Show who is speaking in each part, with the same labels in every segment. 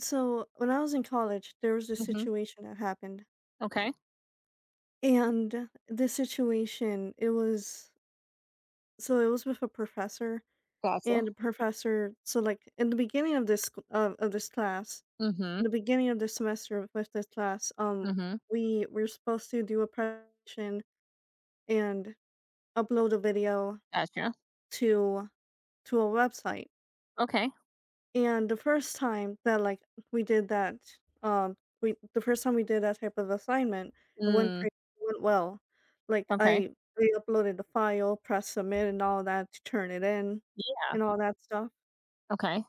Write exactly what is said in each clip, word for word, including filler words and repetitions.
Speaker 1: So when I was in college, there was this
Speaker 2: Mhm.
Speaker 1: situation that happened.
Speaker 2: Okay.
Speaker 1: And this situation, it was so it was with a professor and
Speaker 2: Gotcha.
Speaker 1: the professor, so like in the beginning of this sc- of, of this class, in
Speaker 2: Mhm.
Speaker 1: the beginning of this semester with this class, um
Speaker 2: Mhm.
Speaker 1: we were supposed to do a presentation and upload a video
Speaker 2: Gotcha.
Speaker 1: to to a website.
Speaker 2: Okay.
Speaker 1: And the first time that, like, we did that, um, we the first time we did that type of assignment, it went
Speaker 2: Mm.
Speaker 1: pretty it went well. Like,
Speaker 2: Okay.
Speaker 1: I we uploaded the file, pressed submit and all that to turn it in
Speaker 2: Yeah.
Speaker 1: and all that stuff.
Speaker 2: Okay.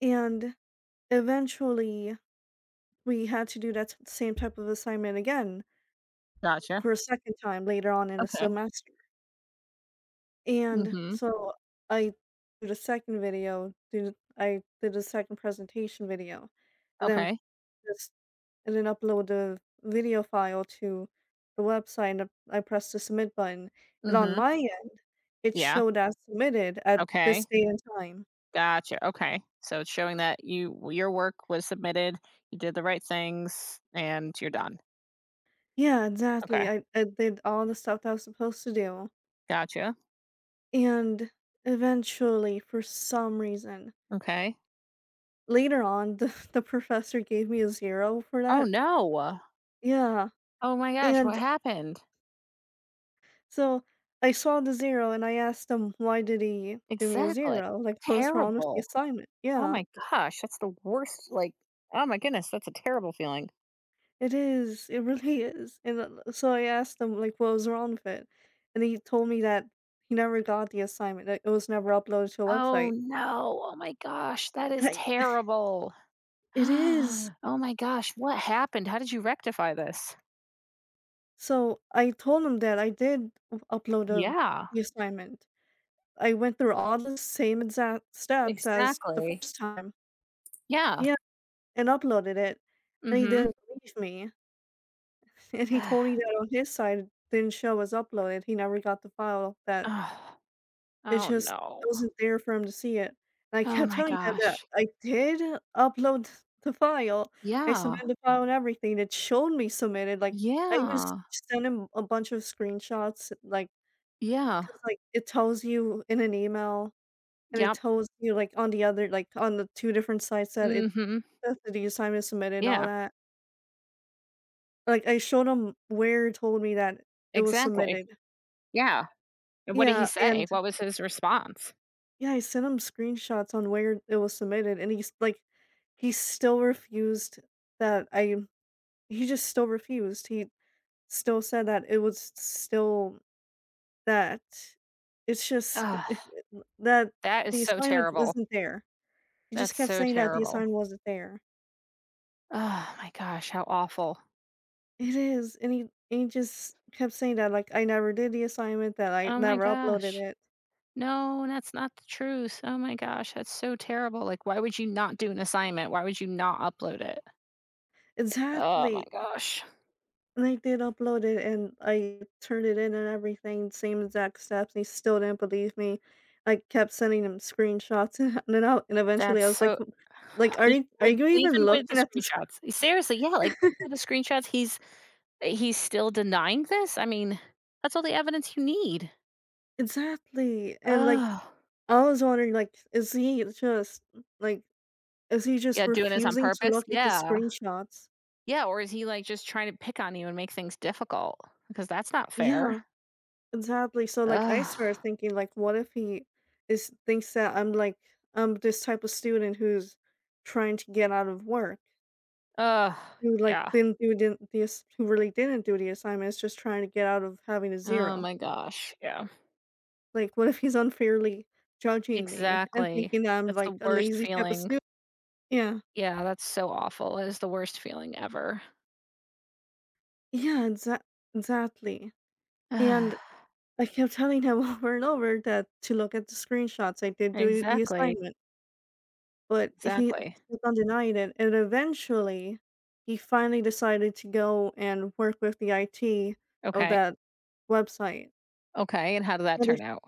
Speaker 1: And eventually, we had to do that t same type of assignment again
Speaker 2: Gotcha.
Speaker 1: for a second time later on in the
Speaker 2: Okay.
Speaker 1: semester. And
Speaker 2: Mhm.
Speaker 1: so I did a second video, did I did a second presentation video, and then
Speaker 2: Okay.
Speaker 1: this and then upload the video file to the website and I press the submit button, and on
Speaker 2: Mhm.
Speaker 1: my end, it
Speaker 2: Yeah.
Speaker 1: showed as submitted at this
Speaker 2: Okay.
Speaker 1: day and time.
Speaker 2: Gotcha. Okay. So it's showing that you your work was submitted, you did the right things, and you're done.
Speaker 1: Yeah, exactly.
Speaker 2: Okay.
Speaker 1: I, I did all the stuff that I was supposed to do.
Speaker 2: Gotcha.
Speaker 1: And eventually, for some reason,
Speaker 2: Okay.
Speaker 1: later on, the, the professor gave me a zero for
Speaker 2: Oh
Speaker 1: that.
Speaker 2: no.
Speaker 1: Yeah.
Speaker 2: Oh my gosh,
Speaker 1: And
Speaker 2: what happened?
Speaker 1: so I saw the zero and I asked him, why did he give me a
Speaker 2: Exactly.
Speaker 1: zero? Like, what was wrong with the
Speaker 2: Terrible.
Speaker 1: assignment?
Speaker 2: Oh
Speaker 1: Yeah.
Speaker 2: my gosh, that's the worst like oh my goodness, that's a terrible feeling.
Speaker 1: It is, it really is, and then so I asked him, like, what was wrong with it, and he told me that he never got the assignment, that it was never uploaded to a
Speaker 2: Oh,
Speaker 1: website,
Speaker 2: no. Oh my gosh, that is
Speaker 1: and I
Speaker 2: terrible.
Speaker 1: It is!
Speaker 2: Oh my gosh, what happened? How did you rectify this?
Speaker 1: So, I told him that I did u upload the
Speaker 2: Yeah,
Speaker 1: the assignment. I went through all the same exact steps as the
Speaker 2: exactly.
Speaker 1: first time.
Speaker 2: Yeah.
Speaker 1: Yeah, and uploaded it, and he
Speaker 2: Mm.
Speaker 1: didn't believe me, and he
Speaker 2: Mhm.
Speaker 1: told me that on his side, it didn't show as uploaded, he never got the file that
Speaker 2: Oh,
Speaker 1: It
Speaker 2: oh
Speaker 1: just
Speaker 2: no.
Speaker 1: wasn't there for him to see it, and I
Speaker 2: Oh
Speaker 1: kept
Speaker 2: my
Speaker 1: telling him that
Speaker 2: gosh.
Speaker 1: I did upload the file, I
Speaker 2: Yeah.
Speaker 1: submitted the file and everything, it showed me submitted, like, I even s
Speaker 2: Yeah.
Speaker 1: sent him a bunch of screenshots. Like,
Speaker 2: Yeah.
Speaker 1: because like, it tells you in an email, and it
Speaker 2: Yep.
Speaker 1: tells you, like, on the other like, on the two different sites that
Speaker 2: Mm.
Speaker 1: it
Speaker 2: Mhm.
Speaker 1: that the assignment is submitted and all
Speaker 2: Yeah,
Speaker 1: that. Like, I showed him where it told me that it was
Speaker 2: exactly.
Speaker 1: submitted.
Speaker 2: Yeah. And what did he
Speaker 1: Yeah,
Speaker 2: say?
Speaker 1: and
Speaker 2: What was his response?
Speaker 1: Yeah, I sent him screenshots on where it was submitted, and he's like, he still refused that I. He just still refused. He still said that it was still that. It's just
Speaker 2: Ugh,
Speaker 1: that
Speaker 2: that is
Speaker 1: the
Speaker 2: so
Speaker 1: assignment
Speaker 2: terrible.
Speaker 1: wasn't there. He just
Speaker 2: That's
Speaker 1: kept
Speaker 2: so
Speaker 1: saying that the
Speaker 2: terrible.
Speaker 1: assignment wasn't there.
Speaker 2: Oh my gosh, how awful.
Speaker 1: It is, and he and he just kept saying that like I never did the assignment, that I
Speaker 2: Oh my
Speaker 1: never uploaded
Speaker 2: gosh.
Speaker 1: it.
Speaker 2: No, that's not the truth. Oh my gosh, that's so terrible. Like, why would you not do an assignment? Why would you not upload it? Oh my
Speaker 1: Exactly.
Speaker 2: gosh.
Speaker 1: They did upload it, and I turned it in and everything, same exact steps, and he still didn't believe me. I kept sending him screenshots and then out, and eventually
Speaker 2: That's
Speaker 1: I was like,
Speaker 2: so.
Speaker 1: like, are
Speaker 2: Even
Speaker 1: you are
Speaker 2: with
Speaker 1: you even
Speaker 2: even with the
Speaker 1: looking at this?
Speaker 2: screenshots. Seriously, yeah, like with the screenshots, he's he's still denying this? I mean, that's all the evidence you need.
Speaker 1: Exactly. And like,
Speaker 2: Oh.
Speaker 1: I was wondering, like, is he just like, is he just
Speaker 2: Yeah, doing this on
Speaker 1: refusing to
Speaker 2: purpose?
Speaker 1: look at the
Speaker 2: Yeah.
Speaker 1: screenshots?
Speaker 2: Yeah, or is he like just trying to pick on you and make things difficult? Because that's not fair.
Speaker 1: Yeah, exactly. So like, I
Speaker 2: Ugh.
Speaker 1: started thinking, like, what if he is thinks that I'm like, I'm this type of student who's trying to get out of work.
Speaker 2: Ugh.
Speaker 1: Who, like,
Speaker 2: Yeah.
Speaker 1: didn't do didn't the ass who really didn't do the assignment, is just trying to get out of having a
Speaker 2: Oh
Speaker 1: zero.
Speaker 2: my gosh. Yeah.
Speaker 1: Like, what if he's unfairly judging me and
Speaker 2: Exactly.
Speaker 1: thinking that I'm,
Speaker 2: That's
Speaker 1: like,
Speaker 2: the
Speaker 1: a
Speaker 2: worst
Speaker 1: lazy type of
Speaker 2: feeling.
Speaker 1: student? Yeah.
Speaker 2: Yeah, that's so awful. It is the worst feeling ever.
Speaker 1: Yeah, exac exactly. And I kept telling him over and over that to look at the screenshots, I did do the
Speaker 2: Exactly.
Speaker 1: assignment, but he
Speaker 2: Exactly.
Speaker 1: kept on denying it, and eventually, he finally decided to go and work with the I T of
Speaker 2: Okay.
Speaker 1: that website,
Speaker 2: Okay. And how did that
Speaker 1: and
Speaker 2: turn out?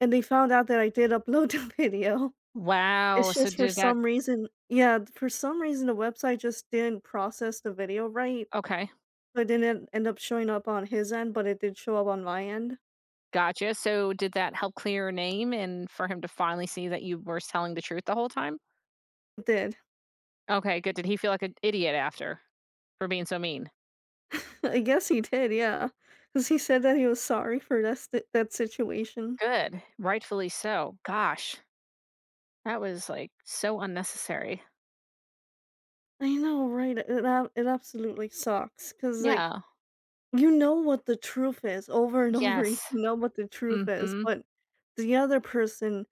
Speaker 1: and they found out that I did upload the video.
Speaker 2: Wow.
Speaker 1: It's
Speaker 2: So
Speaker 1: just for
Speaker 2: did that,
Speaker 1: some reason, yeah, for some reason, the website just didn't process the video right,
Speaker 2: okay.
Speaker 1: so it didn't end up showing up on his end, but it did show up on my end.
Speaker 2: Gotcha. So did that help clear your name and for him to finally see that you were telling the truth the whole time?
Speaker 1: It did.
Speaker 2: Okay, good. Did he feel like an idiot after for being so mean?
Speaker 1: I guess he did. Yeah, because he said that he was sorry for that sti that situation.
Speaker 2: Good. Rightfully so. Gosh. That was like so unnecessary.
Speaker 1: I know, right? It ab it absolutely sucks. Cause like,
Speaker 2: Yeah.
Speaker 1: you know what the truth is over and over, you
Speaker 2: Yes.
Speaker 1: know what the truth is,
Speaker 2: Mhm.
Speaker 1: but the other person,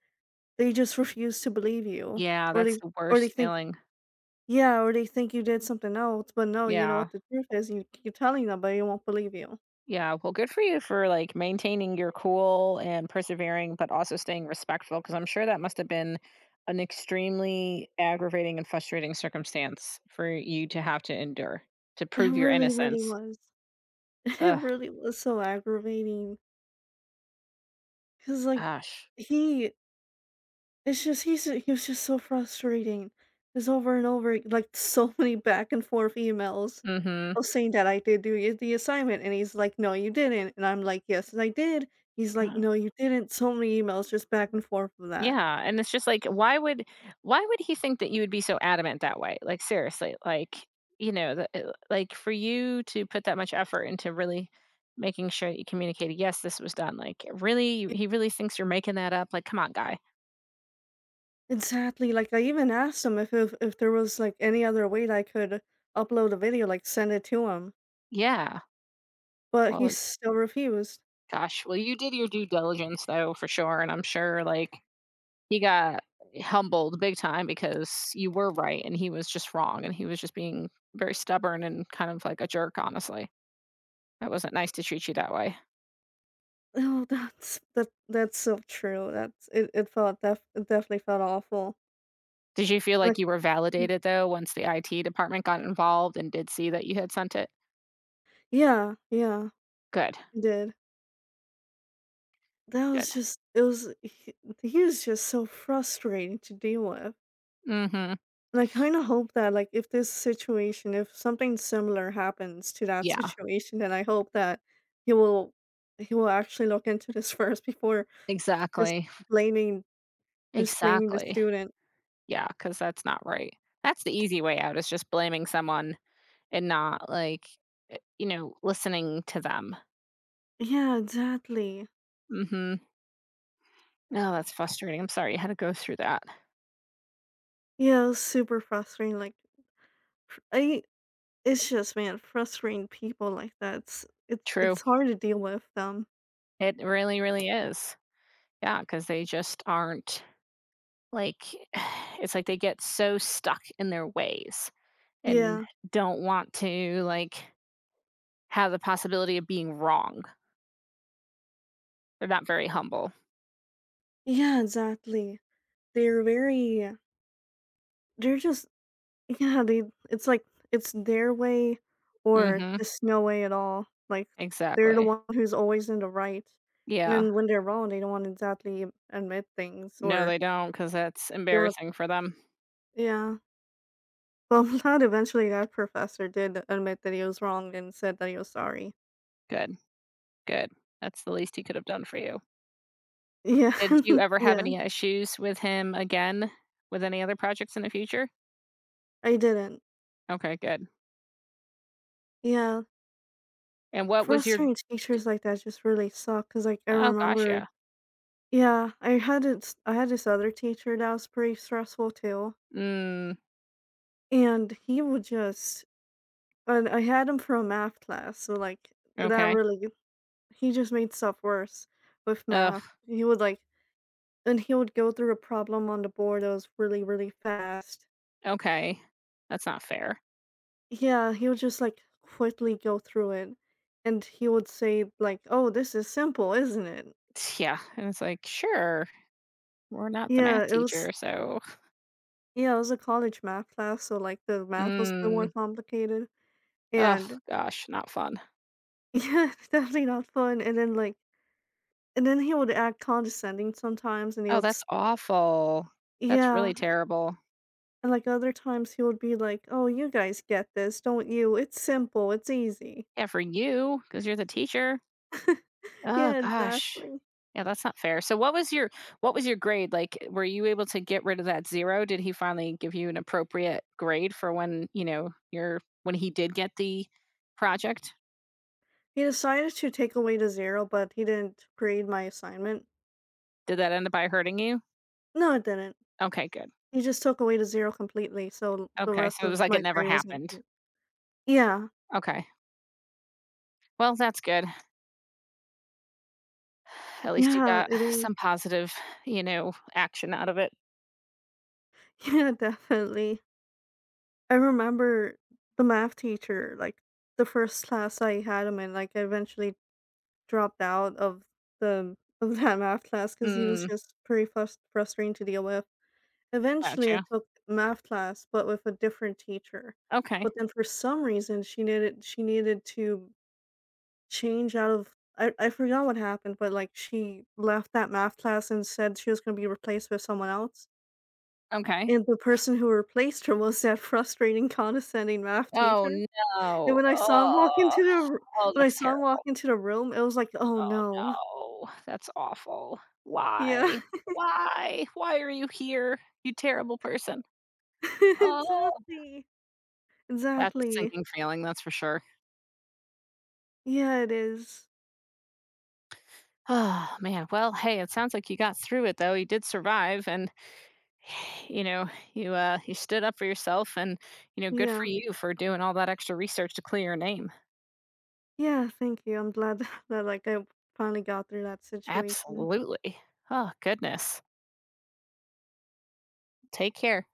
Speaker 1: they just refuse to believe you,
Speaker 2: Yeah,
Speaker 1: or they
Speaker 2: that's the
Speaker 1: or they
Speaker 2: worst
Speaker 1: think,
Speaker 2: feeling.
Speaker 1: yeah, or they think you did something else, but no, you know
Speaker 2: Yeah.
Speaker 1: what the truth is, you you're telling them, but they won't believe you.
Speaker 2: Yeah, well, good for you for, like, maintaining your cool and persevering, but also staying respectful. Because 'cause I'm sure that must have been an extremely aggravating and frustrating circumstance for you to have to endure, to
Speaker 1: It
Speaker 2: prove your
Speaker 1: really, really
Speaker 2: innocence.
Speaker 1: was.
Speaker 2: Ugh,
Speaker 1: It really was so aggravating. Cause like,
Speaker 2: gosh.
Speaker 1: he it's just he's he was just so frustrating. Cause over and over, like, so many back and forth emails
Speaker 2: Mhm.
Speaker 1: of saying that I did do y the assignment, and he's like, "No, you didn't," and I'm like, "Yes, I did." He's like, "No, you didn't." So many emails just back and forth of that.
Speaker 2: Yeah, and it's just like, why would why would he think that you would be so adamant that way? Like seriously, like, you know, the, uh, like for you to put that much effort into really making sure that you communicated, yes, this was done. Like, really, You- he really thinks you're making that up. Like, come on, guy.
Speaker 1: Exactly, like, I even asked him if if if there was, like, any other way that I could upload a video, like, send it to him,
Speaker 2: Yeah.
Speaker 1: but he
Speaker 2: Well,
Speaker 1: still refused.
Speaker 2: gosh. Well, you did your due diligence though, for sure, and I'm sure like he got humbled big time because you were right and he was just wrong and he was just being very stubborn and kind of like a jerk, honestly. That wasn't nice to treat you that way.
Speaker 1: Oh, that's that that's so true, that's it it felt def it definitely felt awful.
Speaker 2: Did you feel like
Speaker 1: Like,
Speaker 2: you were
Speaker 1: mm,
Speaker 2: validated though once the I T department got involved and did see that you had sent it?
Speaker 1: yeah, yeah,
Speaker 2: Good,
Speaker 1: it did. That
Speaker 2: good.
Speaker 1: was just, it was he he was just so frustrating to deal with.
Speaker 2: Mhm.
Speaker 1: And I kinda hope that, like, if this situation if something similar happens to that
Speaker 2: Yeah,
Speaker 1: situation, then I hope that he will he will actually look into this first before just
Speaker 2: exactly,
Speaker 1: blaming just blaming the
Speaker 2: exactly.
Speaker 1: student.
Speaker 2: Yeah, because that's not right. That's the easy way out is just blaming someone and not like, eh, you know, listening to them.
Speaker 1: Yeah, exactly.
Speaker 2: Mhm. No, that's frustrating. I'm sorry you had to go through that.
Speaker 1: Yeah, it was super frustrating, like, fr I it's just, man, frustrating people like that, it's it's
Speaker 2: True.
Speaker 1: it's hard to deal with them.
Speaker 2: It really, really is. Yeah, because they just aren't like, it's like they get so stuck in their ways, and
Speaker 1: Yeah.
Speaker 2: don't want to, like, have the possibility of being wrong. They're not very humble.
Speaker 1: Yeah, exactly. They're very they're just Yeah, they it's like it's their way or
Speaker 2: Mhm.
Speaker 1: just no way at all. Like, they're the
Speaker 2: Exactly.
Speaker 1: one who's always in the right, and
Speaker 2: Yeah.
Speaker 1: then when they're wrong, they don't wanna exactly admit things,
Speaker 2: No,
Speaker 1: or
Speaker 2: they don't, not because that's
Speaker 1: they wanna
Speaker 2: embarrassing for them.
Speaker 1: Yeah. Well, not eventually that professor did admit that he was wrong and said that he was sorry.
Speaker 2: Good, good. That's the least he could have done for you.
Speaker 1: Yeah.
Speaker 2: Did you ever have
Speaker 1: Yeah.
Speaker 2: any issues with him again with any other projects in the future?
Speaker 1: I didn't.
Speaker 2: Okay, good.
Speaker 1: Yeah.
Speaker 2: And what was your,
Speaker 1: Frustrating teachers like that just really suck. Cause like, I
Speaker 2: oh gosh,
Speaker 1: remember,
Speaker 2: yeah.
Speaker 1: yeah, I had this I had this other teacher that was pretty stressful too,
Speaker 2: Mm,
Speaker 1: and he would just and I had him for a math class, so, like, that
Speaker 2: okay.
Speaker 1: really he just made stuff worse with
Speaker 2: Ugh,
Speaker 1: math. He would, like, and he would go through a problem on the board that was really, really fast.
Speaker 2: okay. That's not fair.
Speaker 1: Yeah, he would just, like, quickly go through it, and he would say, like, "Oh, this is simple, isn't it?"
Speaker 2: Yeah, and it's like, "Sure, we're not the
Speaker 1: Yeah,
Speaker 2: math
Speaker 1: it
Speaker 2: teacher,
Speaker 1: was
Speaker 2: so."
Speaker 1: yeah, it was a college math class, so, like, the math was a bit more
Speaker 2: Mm.
Speaker 1: complicated,
Speaker 2: Oh
Speaker 1: and
Speaker 2: gosh, not fun.
Speaker 1: yeah, definitely not fun, and then, like and then he would act condescending sometimes, and he
Speaker 2: Oh,
Speaker 1: would
Speaker 2: that's
Speaker 1: s
Speaker 2: awful. That's
Speaker 1: Yeah.
Speaker 2: really terrible.
Speaker 1: And, like, other times he would be like, "Oh, you guys get this, don't you? It's simple, it's easy."
Speaker 2: Yeah, for you because you, 'cause you're the teacher. Oh,
Speaker 1: Yeah,
Speaker 2: gosh.
Speaker 1: exactly.
Speaker 2: Yeah, that's not fair. So what was your what was your grade? Like, were you able to get rid of that zero? Did he finally give you an appropriate grade for when, you know, your when he did get the project?
Speaker 1: He decided to take away to zero, but he didn't grade my assignment.
Speaker 2: Did that end up by hurting you?
Speaker 1: No, it didn't.
Speaker 2: Okay, good.
Speaker 1: He just took away to zero completely, so the
Speaker 2: Okay,
Speaker 1: rest
Speaker 2: so it
Speaker 1: of
Speaker 2: was like it
Speaker 1: my
Speaker 2: never
Speaker 1: grade wasn't
Speaker 2: happened.
Speaker 1: good. Yeah.
Speaker 2: Okay. Well, that's good. At least you
Speaker 1: Yeah,
Speaker 2: got
Speaker 1: it is.
Speaker 2: some positive, you know, action out of it.
Speaker 1: Yeah, definitely. I remember the math teacher, like, the first class I had him in, like, I eventually dropped out of the of that math class because he was
Speaker 2: Mm,
Speaker 1: just pretty frus frustrating to deal with. Eventually, I
Speaker 2: gotcha.
Speaker 1: took math class, but with a different teacher.
Speaker 2: Okay,
Speaker 1: But then for some reason, she needed she needed to change out of, I, I forgot what happened, but like she left that math class and said she was going to be replaced with someone else.
Speaker 2: okay.
Speaker 1: And the person who replaced her was that frustrating, condescending math
Speaker 2: Oh,
Speaker 1: teacher. And
Speaker 2: no.
Speaker 1: when I saw him walk
Speaker 2: Oh,
Speaker 1: into the r-
Speaker 2: oh,
Speaker 1: when I
Speaker 2: that's
Speaker 1: saw him walk
Speaker 2: terrible.
Speaker 1: into the room, it was like, oh no,
Speaker 2: Oh, no. That's awful.
Speaker 1: yeah,
Speaker 2: Why? Why? Why are you here, you terrible person? Oh,
Speaker 1: exactly,
Speaker 2: that's a
Speaker 1: exactly,
Speaker 2: sinking feeling, that's for sure.
Speaker 1: yeah, it is,
Speaker 2: Oh, man. Well, hey, it sounds like you got through it, though. You did survive, and you know, you uh, you stood up for yourself, and you know, good for
Speaker 1: yeah.
Speaker 2: you for doing all that extra research to clear your name.
Speaker 1: Yeah, thank you. I'm glad that like I finally got through that situation.
Speaker 2: Absolutely. Oh, goodness. Take care.